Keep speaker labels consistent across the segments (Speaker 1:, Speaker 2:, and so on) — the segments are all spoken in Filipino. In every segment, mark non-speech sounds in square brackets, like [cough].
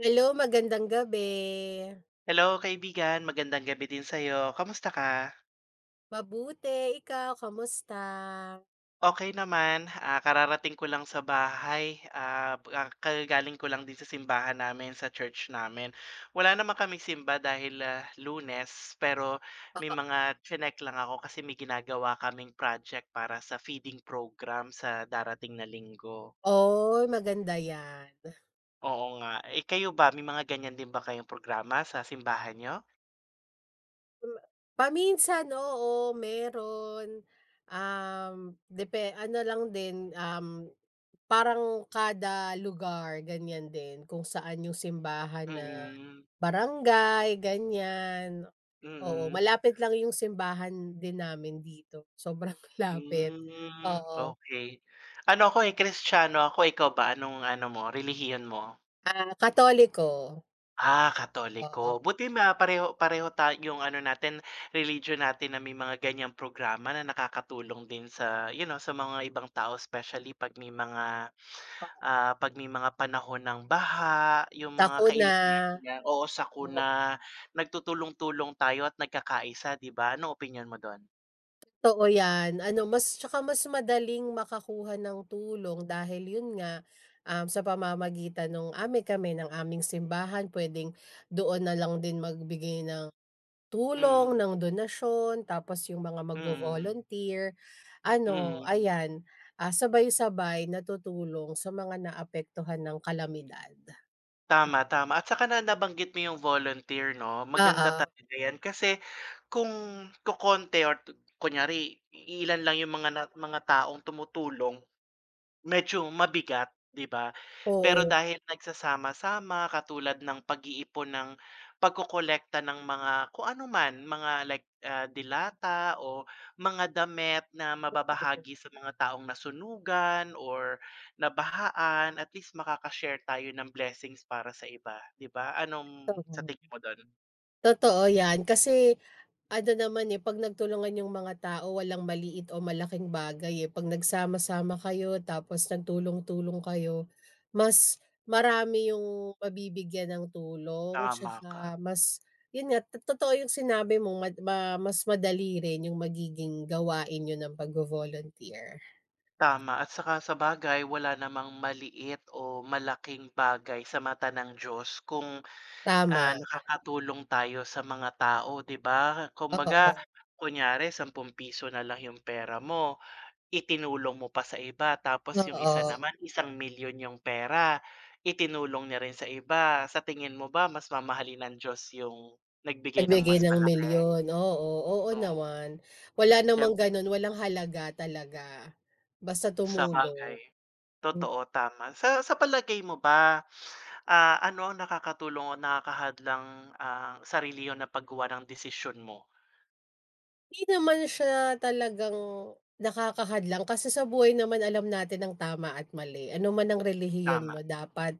Speaker 1: Hello, magandang gabi.
Speaker 2: Hello kaibigan, magandang gabi din sa'yo. Kamusta ka?
Speaker 1: Mabuti, ikaw kamusta?
Speaker 2: Okay naman, kararating ko lang sa bahay, kagagaling ko lang din sa simbahan namin, sa church namin. Wala naman kaming simba dahil, Lunes, pero may mga tsinek lang ako kasi may ginagawa kaming project para sa feeding program sa darating na linggo.
Speaker 1: Oy, maganda 'yan.
Speaker 2: Oo nga. Eh, kayo ba, may mga ganyan din ba kayong programa sa simbahan niyo?
Speaker 1: Hmm, paminsan, oo, meron. Um, depe ano lang din, um, parang kada lugar ganiyan din kung saan yung simbahan na
Speaker 2: Mm,
Speaker 1: barangay, ganiyan. Oo,
Speaker 2: mm.
Speaker 1: malapit lang yung simbahan din namin dito, sobrang [laughs] lapit.
Speaker 2: Hmm.
Speaker 1: Oo,
Speaker 2: Okay. Ano ako, eh, Kristiyano ako, ikaw ba anong ano mo, relihiyon mo?
Speaker 1: ah, Katoliko,
Speaker 2: Ah, Katoliko.
Speaker 1: oo.
Speaker 2: Buti pareho pareho ta yung ano natin, religion natin na may mga ganyang programa na nakakatulong din sa, sa mga ibang tao, especially 'pag may mga, panahon ng baha, yung mga
Speaker 1: Ako na,
Speaker 2: kailangan nila, oo,
Speaker 1: oo,
Speaker 2: sakuna, nagtutulong-tulong tayo at nagkakaisa, 'di ba? Anong opinyon mo do'n?
Speaker 1: totoo 'yan. Ano mas tsaka mas madaling makakuha ng tulong dahil yun nga, sa pamamagitan ng amin kami ng aming simbahan puwedeng doon na lang din magbigay ng
Speaker 2: Mm,
Speaker 1: tulong, ng donasyon, tapos yung mga
Speaker 2: mm,
Speaker 1: magvo-volunteer, ano,
Speaker 2: mm.
Speaker 1: ayan, ah, sabay-sabay natutulong sa mga naapektuhan ng kalamidad.
Speaker 2: Tama, tama at saka na nabanggit mo yung volunteer 'no,
Speaker 1: Ah,
Speaker 2: maganda
Speaker 1: ah,
Speaker 2: talaga yan kasi kung kokonti or kunyari ilan lang yung mga na mga taong tumutulong. Medyo mabigat, 'di ba? Pero
Speaker 1: oo,
Speaker 2: dahil nagsasama-sama katulad ng pag-iipon ng pagkokolekta ng mga kung ano man, mga like, delata o mga damit na
Speaker 1: oo, totoo,
Speaker 2: mababahagi sa mga taong nasunugan or nabahaan, at least makakashare tayo ng blessings para sa iba, 'di ba? Anong sa
Speaker 1: totoo.
Speaker 2: tingin mo do'n?
Speaker 1: Totoo 'yan kasi ano naman, eh, 'pag nagtulungan yung mga tao walang maliit o malaking bagay, eh. 'Pag nagsama-sama kayo tapos nagtulong-tulong kayo, mas marami yung mabibigyan ng tulong
Speaker 2: Tama
Speaker 1: tsaka
Speaker 2: ka,
Speaker 1: mas yun nga, totoo yung sinabi mo mad ma mas madali rin yung magiging gawain yun ng pagvo-volunteer.
Speaker 2: tama. At saka sa bagay wala namang maliit o malaking bagay sa mata ng Diyos kung,
Speaker 1: Tama,
Speaker 2: nakakatulong tayo sa mga tao, 'di ba? Kumbaga,
Speaker 1: oo,
Speaker 2: kunyari ₱10 na lang yung pera mo, itinulong mo pa sa iba, tapos yung isa
Speaker 1: oo.
Speaker 2: naman, 1,000,000 yung pera, itinulong niya rin sa iba. Sa tingin mo ba mas mamahalin ng Diyos yung nagbigay ng
Speaker 1: Nagbigay
Speaker 2: mas
Speaker 1: ng
Speaker 2: malaki?
Speaker 1: milyon, oo, oo
Speaker 2: Oo,
Speaker 1: naman. Wala
Speaker 2: Syem-
Speaker 1: namang ganun, walang halaga talaga, basta
Speaker 2: sa
Speaker 1: tumulong.
Speaker 2: bagay. Totoo, tama. Sa palagay mo ba, ah, ano ang nakakatulong o nakakahadlang, sa relihiyon na paggawa ng desisyon mo?
Speaker 1: Hindi naman siya talagang nakakahadlang kasi sa buhay naman alam natin ang tama at mali. Ano man ang relihiyon
Speaker 2: Tama,
Speaker 1: mo dapat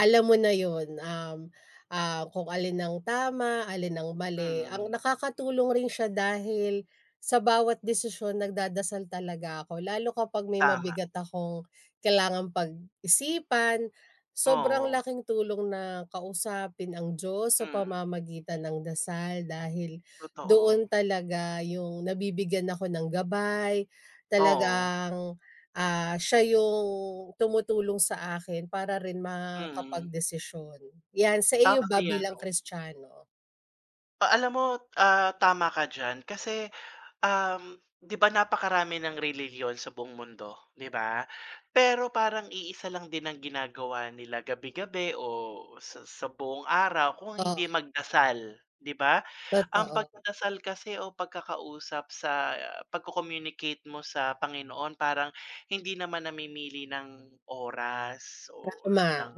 Speaker 1: alam mo na yun, ah, kung alin ang tama, alin ang mali. Ang
Speaker 2: mm.
Speaker 1: nakakatulong rin siya dahil sa bawat desisyon nagdadasal talaga ako lalo kapag may
Speaker 2: Tama,
Speaker 1: mabigat akong kailangan pag-isipan. Sobrang
Speaker 2: oo,
Speaker 1: laking tulong na kausapin ang Diyos sa
Speaker 2: mm,
Speaker 1: pamamagitan ng dasal dahil
Speaker 2: totoo,
Speaker 1: doon talaga yung nabibigyan ako ng gabay,
Speaker 2: oo,
Speaker 1: talagang ah, siya yung tumutulong sa akin para rin
Speaker 2: mm,
Speaker 1: makapagdesisyon. 'Yan, sa iyo
Speaker 2: tama yan
Speaker 1: bilang
Speaker 2: 'no.
Speaker 1: Kristiyano?
Speaker 2: Alam mo, tama ka diyan kasi, um, 'di ba napakarami ng relihiyon sa buong mundo, 'di ba? Pero parang iisa lang din ang ginagawa nila gabi-gabi o sa buong araw kung hindi
Speaker 1: Oo,
Speaker 2: magdasal, 'di ba? Ang
Speaker 1: totoo,
Speaker 2: pagdadasal kasi o pagkakausap sa pagko-communicate mo sa Panginoon parang hindi naman namimili ng oras o
Speaker 1: tama,
Speaker 2: ng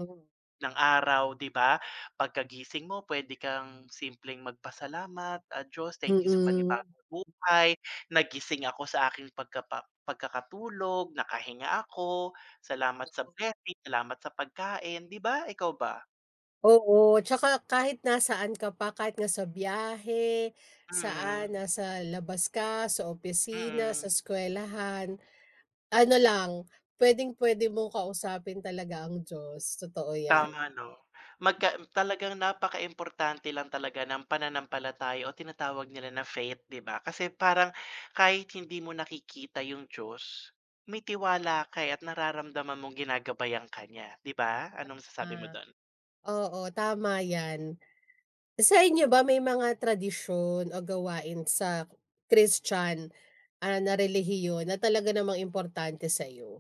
Speaker 2: araw, 'di ba? Pagkagising mo puwede kang simpleng magpasalamat, "Ah, Diyos, thank you sa
Speaker 1: mm.
Speaker 2: panibagong buhay, nagising ako sa aking pagkakatulog, nakahinga ako, salamat sa blessing, salamat sa pagkain." 'Di ba? Ikaw ba?
Speaker 1: Oo, 'tsaka kahit nasaan ka pa, kahit nga sa biyahe,
Speaker 2: Mm,
Speaker 1: saan, nasa labas ka, sa opisina,
Speaker 2: mm.
Speaker 1: sa eskuwelahan, ano lang, puwedeng-puwede mong kausapin talaga ang Diyos, totoo 'yan.
Speaker 2: Tama 'no. Talagang napakaimportante lang talaga ng pananampalataya o tinatawag nila na faith, 'di ba? Kasi parang kahit hindi mo nakikita yung Diyos, may tiwala ka, eh, at nararamdaman mong ginagabayan ka niya, 'di ba? Anong masasabi mo
Speaker 1: Ah,
Speaker 2: do'n?
Speaker 1: oo, tama 'yan. Sa inyo ba may mga tradisyon o gawain sa Christian, ah, na relihiyon na talaga namang importante sa'yo?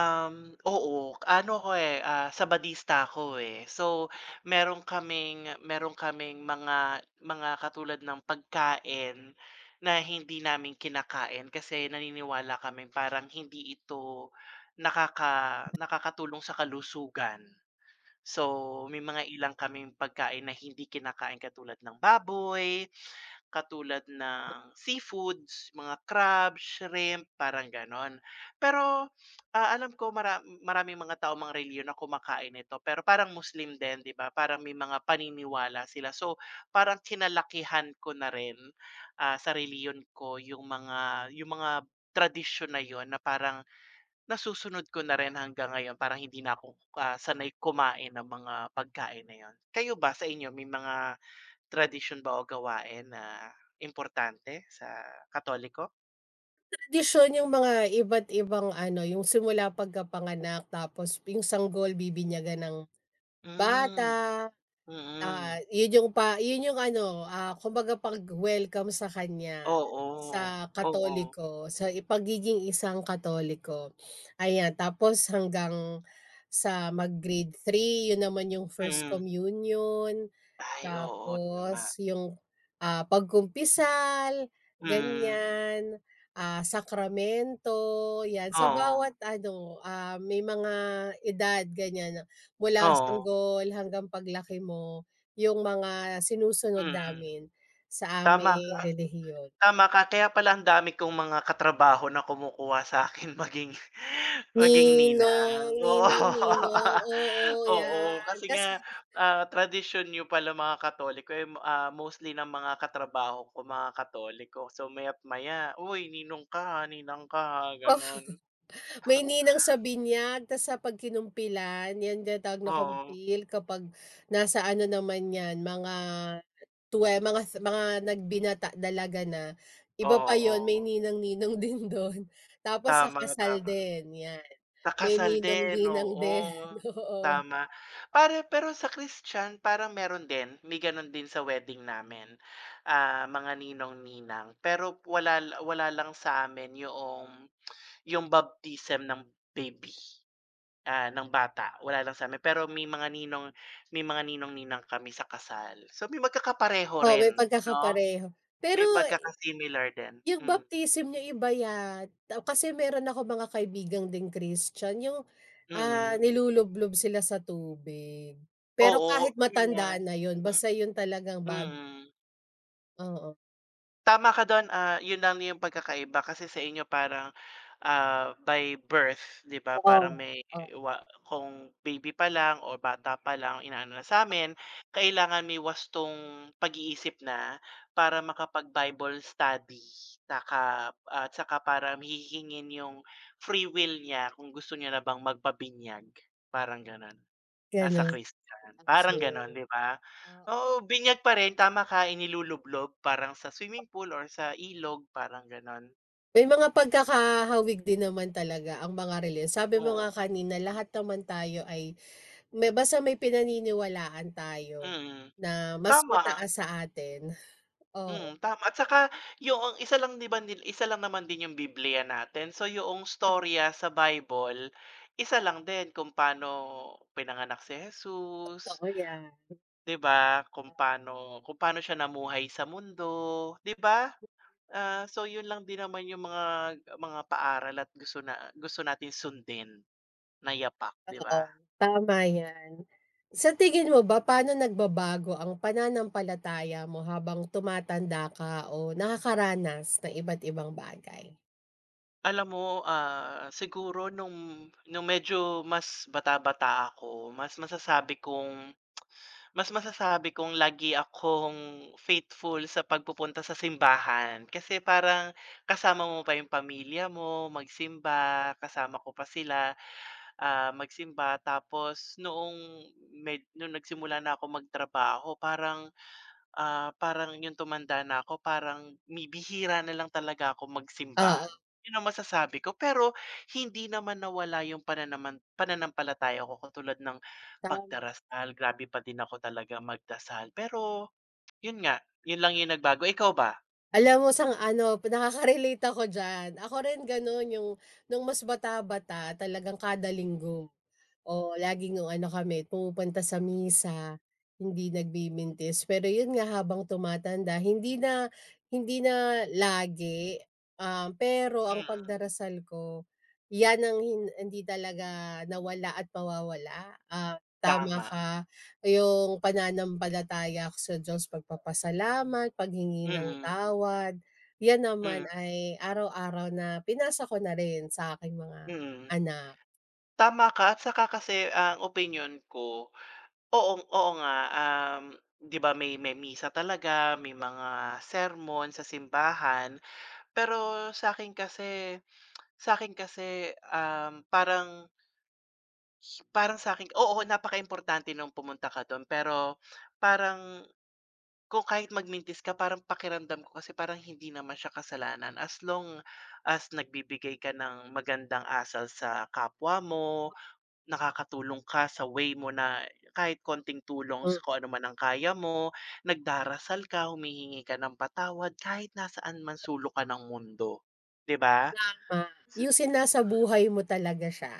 Speaker 2: Oo, ano ako, eh, Sabadista ako, eh. So, meron kaming mga katulad ng pagkain na hindi namin kinakain kasi naniniwala kami parang hindi ito nakakatulong sa kalusugan. So, may mga ilang kaming pagkain na hindi kinakain katulad ng baboy, katulad ng seafoods, mga crab, shrimp, parang gano'n. Pero, alam ko maraming mga tao, mga relihiyon na kumakain nito, pero parang Muslim din, 'di ba? Parang may mga paniniwala sila. So, parang kinalakihan ko na rin, sa reliyon ko yung mga tradisyon na yun na parang nasusunod ko na rin hanggang ngayon. Parang hindi na ako, sanay kumain ng mga pagkain na yun. Kayo ba, sa inyo may mga tradisyon ba o gawain na importante sa Katoliko?
Speaker 1: Tradisyon yung mga iba't ibang ano, yung simula pagkapanganak tapos yung sanggol bibinyagan ng
Speaker 2: Hmm,
Speaker 1: bata,
Speaker 2: mm.
Speaker 1: ah, 'yun yung ano, ah, kumbaga pag-welcome sa kanya,
Speaker 2: Oo,
Speaker 1: sa
Speaker 2: oo,
Speaker 1: Katoliko, sa i pagiging isang Katoliko. Ayan, tapos hanggang sa mag-grade 3, 'yun naman yung first
Speaker 2: mm.
Speaker 1: communion,
Speaker 2: Ay oo, tama.
Speaker 1: tapos yung, ah, pagkumpisal,
Speaker 2: Mm,
Speaker 1: ganyan, ah, sakramento, 'yan. Sa bawat
Speaker 2: oo,
Speaker 1: ano, ah, may mga edad ganyan, mula
Speaker 2: oo,
Speaker 1: sanggol hanggang paglaki mo. Yung mga sinusunod
Speaker 2: mm.
Speaker 1: namin sa
Speaker 2: Tama ka.
Speaker 1: aming relihiyon.
Speaker 2: Tama ka, kaya pala ang dami kong mga katrabaho na kumukuha sa'kin [laughs] maging maging
Speaker 1: Ninong,
Speaker 2: ninang, [laughs] oo.
Speaker 1: ninang-ninong, oo,
Speaker 2: Oo,
Speaker 1: 'yan.
Speaker 2: kasi
Speaker 1: Kasi
Speaker 2: nga, tradisyon niyo pala mga Katoliko, eh, mostly ng mga katrabaho ko mga Katoliko. So, maya't maya, "Uy, ninong ka ha, ninang ka ha."
Speaker 1: [laughs] oh,
Speaker 2: Gano'n.
Speaker 1: may ninang sa binyag tas sa pagkinumpilan 'yan tinatawag na
Speaker 2: Oo,
Speaker 1: kumpil kapag nasa ano naman 'yan mga mga sa mga nagbinata dalaga na, iba pa 'yun may
Speaker 2: oo,
Speaker 1: ninang-ninong [laughs] din dun. Tapos sa
Speaker 2: tama,
Speaker 1: kasal
Speaker 2: tama.
Speaker 1: din 'yan,
Speaker 2: Sa
Speaker 1: may
Speaker 2: kasal din,
Speaker 1: ninong-ninang din,
Speaker 2: oo,
Speaker 1: [laughs] oo.
Speaker 2: tama. Para pero sa Christian parang meron din, may gano'n din sa wedding namin, mga ninong-ninang. Pero wala wala lang sa yoong yung baptism ng baby, ng bata, wala lang sa sa'min. Pero may mga ninong-ninang kami sa kasal. So, may magkakapareho
Speaker 1: Oo,
Speaker 2: rin,
Speaker 1: may
Speaker 2: 'no?
Speaker 1: pagkakapareho. Pero
Speaker 2: May pagkaka-similar din.
Speaker 1: yung
Speaker 2: Hmm,
Speaker 1: baptism niyo iba yan, kasi meron ako mga kaibigan ding Christian, yung, ah,
Speaker 2: mm.
Speaker 1: nilulublob sila sa tubig. Pero
Speaker 2: Oo,
Speaker 1: kahit
Speaker 2: ayun nga.
Speaker 1: matanda na yun, basta yun talagang bago
Speaker 2: Mm.
Speaker 1: oo,
Speaker 2: Tama ka do'n, 'yun lang yung pagkakaiba kasi sa inyo parang, by birth, 'di ba,
Speaker 1: oo,
Speaker 2: parang may
Speaker 1: oo,
Speaker 2: wa kung baby pa lang o bata pa lang, inaano na sa'min, kailangan may wastong pag-iisip na para makapag-Bible study saka at saka para hihingin yung free will niya kung gusto niya na bang magpabinyag, parang gano'n. Nasa
Speaker 1: gano'n,
Speaker 2: Christian parang gano'n,
Speaker 1: okey.
Speaker 2: 'di ba?
Speaker 1: Oo,
Speaker 2: Oo, binyag pa rin, tama ka, inilulublog parang sa swimming pool or sa ilog, parang gano'n.
Speaker 1: may mga pagkakahawig din naman talaga ang mga relihiyon. Sabi mo nga
Speaker 2: Oo,
Speaker 1: kanina lahat naman tayo ay basta may pinaniniwalaan tayo
Speaker 2: mm.
Speaker 1: na mas
Speaker 2: Tama,
Speaker 1: mataas sa atin, [laughs] oo.
Speaker 2: mm, tama at saka yung isa lang, 'di ba, isa lang naman din yung Biblia natin, so yung storya sa Bible, isa lang din kung paano pinanganak si Jesus,
Speaker 1: Totoo yan,
Speaker 2: 'di ba? Kung paano siya namuhay sa mundo, 'di ba? Ah, so yun lang din naman yung mga paaral at gusto na gusto natin sundin na yapak, 'di ba?
Speaker 1: oo, tama yan. Sa tingin mo ba paano nagbabago ang pananampalataya mo habang tumatanda ka o nakakaranas ng iba't ibang bagay?
Speaker 2: Alam mo, siguro nung medyo mas bata-bata ako, mas masasabi kong lagi akong faithful sa pagpupunta sa simbahan. Kasi parang kasama mo pa yung pamilya mo magsimba, kasama ko pa sila, magsimba. Tapos noong noong nagsimula na ako magtrabaho parang, parang yung tumanda na ako parang bihira na lang talaga ako magsimba,
Speaker 1: Oo,
Speaker 2: yun ang masasabi ko. Pero hindi naman nawala yung pananampalataya ko katulad ng
Speaker 1: tama.
Speaker 2: pagdarasal, grabe pa din ako talaga magdasal. Pero yun nga, yun lang yung nagbago. Ikaw ba?
Speaker 1: Alam mo sang ano, nakaka-relate ako diyan. Ako rin gano'n yung nung mas bata-bata talagang kada linggo oo, laging ano kami pumupunta sa misa, hindi nagbibintis. Pero yun nga habang tumatanda hindi na lagi, pero ang
Speaker 2: Mm,
Speaker 1: pagdarasal ko yan ang hindi talaga nawala at mawawala. Ah, tama
Speaker 2: tama.
Speaker 1: ka, yung pananampalataya ko sa Diyos, pagpapasalamat, paghingi ng
Speaker 2: Mm,
Speaker 1: tawad, yan
Speaker 2: mm,
Speaker 1: naman ay araw-araw na pinasa ko na rin sa aking mga
Speaker 2: mm.
Speaker 1: anak.
Speaker 2: Tama ka at saka kasi ang opinion ko, oo, oo nga, 'di ba may misa talaga, may mga sermon sa simbahan. Pero sa sa akin kasi, parang, parang sa akin, oo, napakaimportante nung pumunta ka dun, pero parang kung kahit magmintis ka parang pakiramdam ko kasi parang hindi naman siya kasalanan as long as nagbibigay ka ng magandang asal sa kapwa mo, nakakatulong ka sa way mo na kahit konting tulong sa kung ano man ang kaya mo, nagdarasal ka, humihingi ka ng patawad kahit nasaan man sulok ka ng mundo, 'di ba?
Speaker 1: Tama,
Speaker 2: Si
Speaker 1: yung
Speaker 2: mm,
Speaker 1: sinasabuhay mo talaga siya,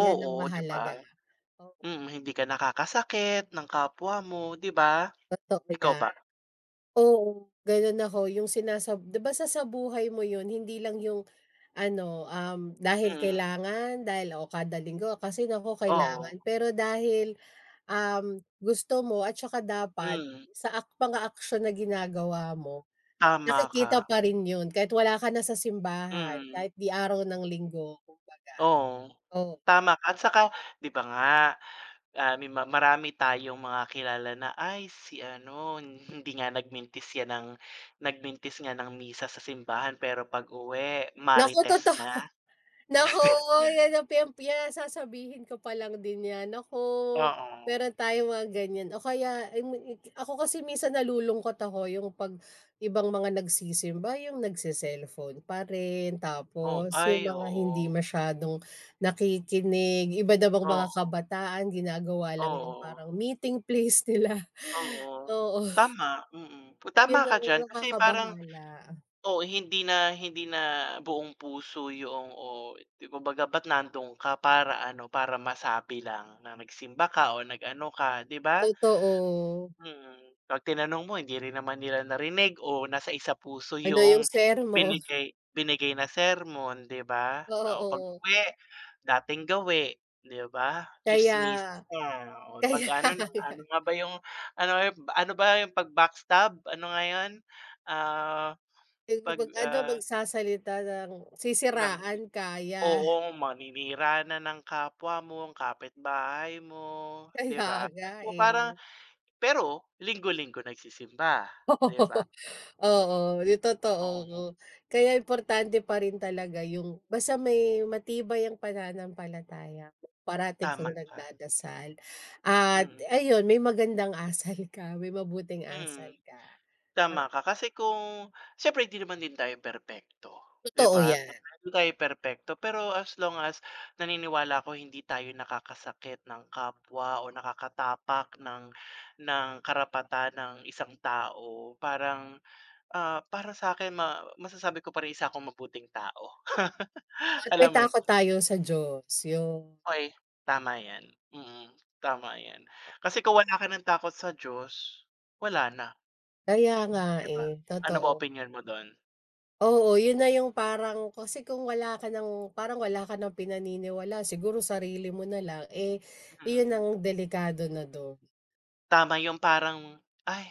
Speaker 1: 'yan
Speaker 2: oo,
Speaker 1: ang
Speaker 2: 'di ba?
Speaker 1: mahalaga. Oo,
Speaker 2: Mm, hindi ka nakakasakit ng kapwa mo, 'di ba?
Speaker 1: totoo
Speaker 2: Ikaw
Speaker 1: 'yan.
Speaker 2: ba?
Speaker 1: Oo, gano'n ako yung 'di ba sasabuhay mo 'yun hindi lang yung ano, dahil
Speaker 2: Mm,
Speaker 1: kailangan, dahil o kada linggo ah, kasi naku
Speaker 2: oo,
Speaker 1: kailangan, pero dahil, gusto mo at saka dapat
Speaker 2: hmm,
Speaker 1: sa ak mga aksiyon na ginagawa mo,
Speaker 2: tama ka,
Speaker 1: nakikita pa rin 'yun kahit wala ka na sa simbahan,
Speaker 2: hmm.
Speaker 1: kahit 'di araw ng linggo kumbaga.
Speaker 2: Oo,
Speaker 1: Oo,
Speaker 2: tama ka at saka 'di ba nga, may ma marami tayong mga kilala na, "Ay si ano, hindi nga nagmintis yan ng nagmintis nga ng misa sa simbahan pero pag-uwi
Speaker 1: naku
Speaker 2: marites
Speaker 1: toto
Speaker 2: na."
Speaker 1: naku, yan ang pem yan sasabihin ko pa lang din yan. Naku,
Speaker 2: Oo,
Speaker 1: meron tayong mga ganyan o kaya ay mi ako kasi minsan nalulungkot ako yung 'pag ibang mga nagsisimba yung nagse-cellphone pa rin,
Speaker 2: oh,
Speaker 1: tapos
Speaker 2: ay
Speaker 1: yung mga hindi
Speaker 2: oo,
Speaker 1: masyadong nakikinig, iba namang mga
Speaker 2: oo,
Speaker 1: kabataan ginagawa lang yung
Speaker 2: oo,
Speaker 1: parang meeting place nila. [laughs]
Speaker 2: oo.
Speaker 1: Oo,
Speaker 2: Tama, mm. Tama
Speaker 1: yun
Speaker 2: ka
Speaker 1: ang
Speaker 2: diyan kasi parang,
Speaker 1: nakakabahala.
Speaker 2: oo, hindi na buong puso yung o di kumbaga ba't nandun ka para ano, para masabi lang na nagsimba ka o nag-ano ka, 'di ba?
Speaker 1: Totoo,
Speaker 2: Mm, 'pag tinanong mo hindi rin naman nila narinig o nasa isa-puso
Speaker 1: ano yung
Speaker 2: yung
Speaker 1: sermo
Speaker 2: binigay binigay na sermon, 'di ba?
Speaker 1: [laughs]
Speaker 2: O
Speaker 1: oo.
Speaker 2: pag-uwi, dating gawi, 'di ba?
Speaker 1: Kaya
Speaker 2: Tsismis ka, o 'pag
Speaker 1: kaya
Speaker 2: ano na
Speaker 1: [laughs] nga,
Speaker 2: ano nga ba yung ano ano ba yung 'pag backstab, ano nga yun? Ah,
Speaker 1: yung
Speaker 2: 'pag,
Speaker 1: mag ano,
Speaker 2: ah
Speaker 1: magsasalita ng
Speaker 2: ng
Speaker 1: sisiraan kaya,
Speaker 2: Oo, maninira na ng kapwa mo, ang kapitbahay mo,
Speaker 1: [laughs]
Speaker 2: 'di
Speaker 1: kaya
Speaker 2: ba?
Speaker 1: nga,
Speaker 2: So, parang
Speaker 1: eh.
Speaker 2: pero linggo-linggo nagsisimba, 'di ba?
Speaker 1: [laughs] Oo, oo, yung
Speaker 2: Oo,
Speaker 1: totoo. Kaya importante pa rin talaga yung basta may matibay ang pananampalataya mo, parati
Speaker 2: tama
Speaker 1: kang
Speaker 2: ka,
Speaker 1: nagdadasal at
Speaker 2: mm,
Speaker 1: ayun, may magandang asal ka, may mabuting asal
Speaker 2: mm,
Speaker 1: ka. Oo,
Speaker 2: tama ka. Kasi kung siyempre hindi naman din tayo perpekto, 'di
Speaker 1: totoo
Speaker 2: ba?
Speaker 1: yan
Speaker 2: Hindi tayo perpekto, pero as long as naniniwala ako hindi tayo nakakasakit ng kapwa o nakakatapak ng karapatan ng isang tao, parang, para sa'kin masasabi ko pa rin isa akong mabuting tao. [laughs]
Speaker 1: at
Speaker 2: Alam
Speaker 1: may
Speaker 2: mo yun?
Speaker 1: takot tayo sa Diyos, yun.
Speaker 2: Okey, tama yan. Mm, tama yan. Kasi kung wala ka ng takot sa Diyos, wala na,
Speaker 1: Kaya nga,
Speaker 2: 'di ba?
Speaker 1: eh,
Speaker 2: Ano
Speaker 1: totoo.
Speaker 2: ba opinyon mo dun?
Speaker 1: Oo, yun na yung parang kasi kung wala ka ng parang wala ka ng pinaniniwalaan siguro sarili mo na lang, eh, yun
Speaker 2: Mm,
Speaker 1: ang delikado na do
Speaker 2: tama yung parang, "Ay,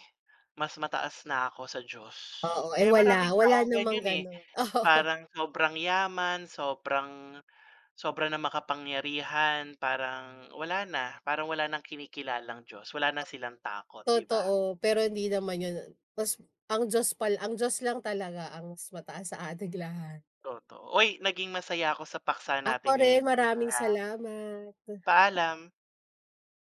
Speaker 2: mas mataas na ako sa Diyos."
Speaker 1: oo, eh,
Speaker 2: Kaya
Speaker 1: wala,
Speaker 2: maraming
Speaker 1: wala
Speaker 2: taong
Speaker 1: namang
Speaker 2: ganyan, eh,
Speaker 1: gano'n. [laughs] Oo,
Speaker 2: parang sobrang yaman, sobra ng makapangyarihan, parang wala na, parang wala ng kinikilalang Diyos, wala na silang takot, 'di ba?
Speaker 1: totoo, pero hindi naman yun mas ang Diyos pal ang Diyos lang talaga ang mas mataas sa ating lahat.
Speaker 2: Totoo. Uy, naging masaya ako sa paksa
Speaker 1: Ako
Speaker 2: natin
Speaker 1: rin,
Speaker 2: ngayong,
Speaker 1: maraming salamat.
Speaker 2: paalam.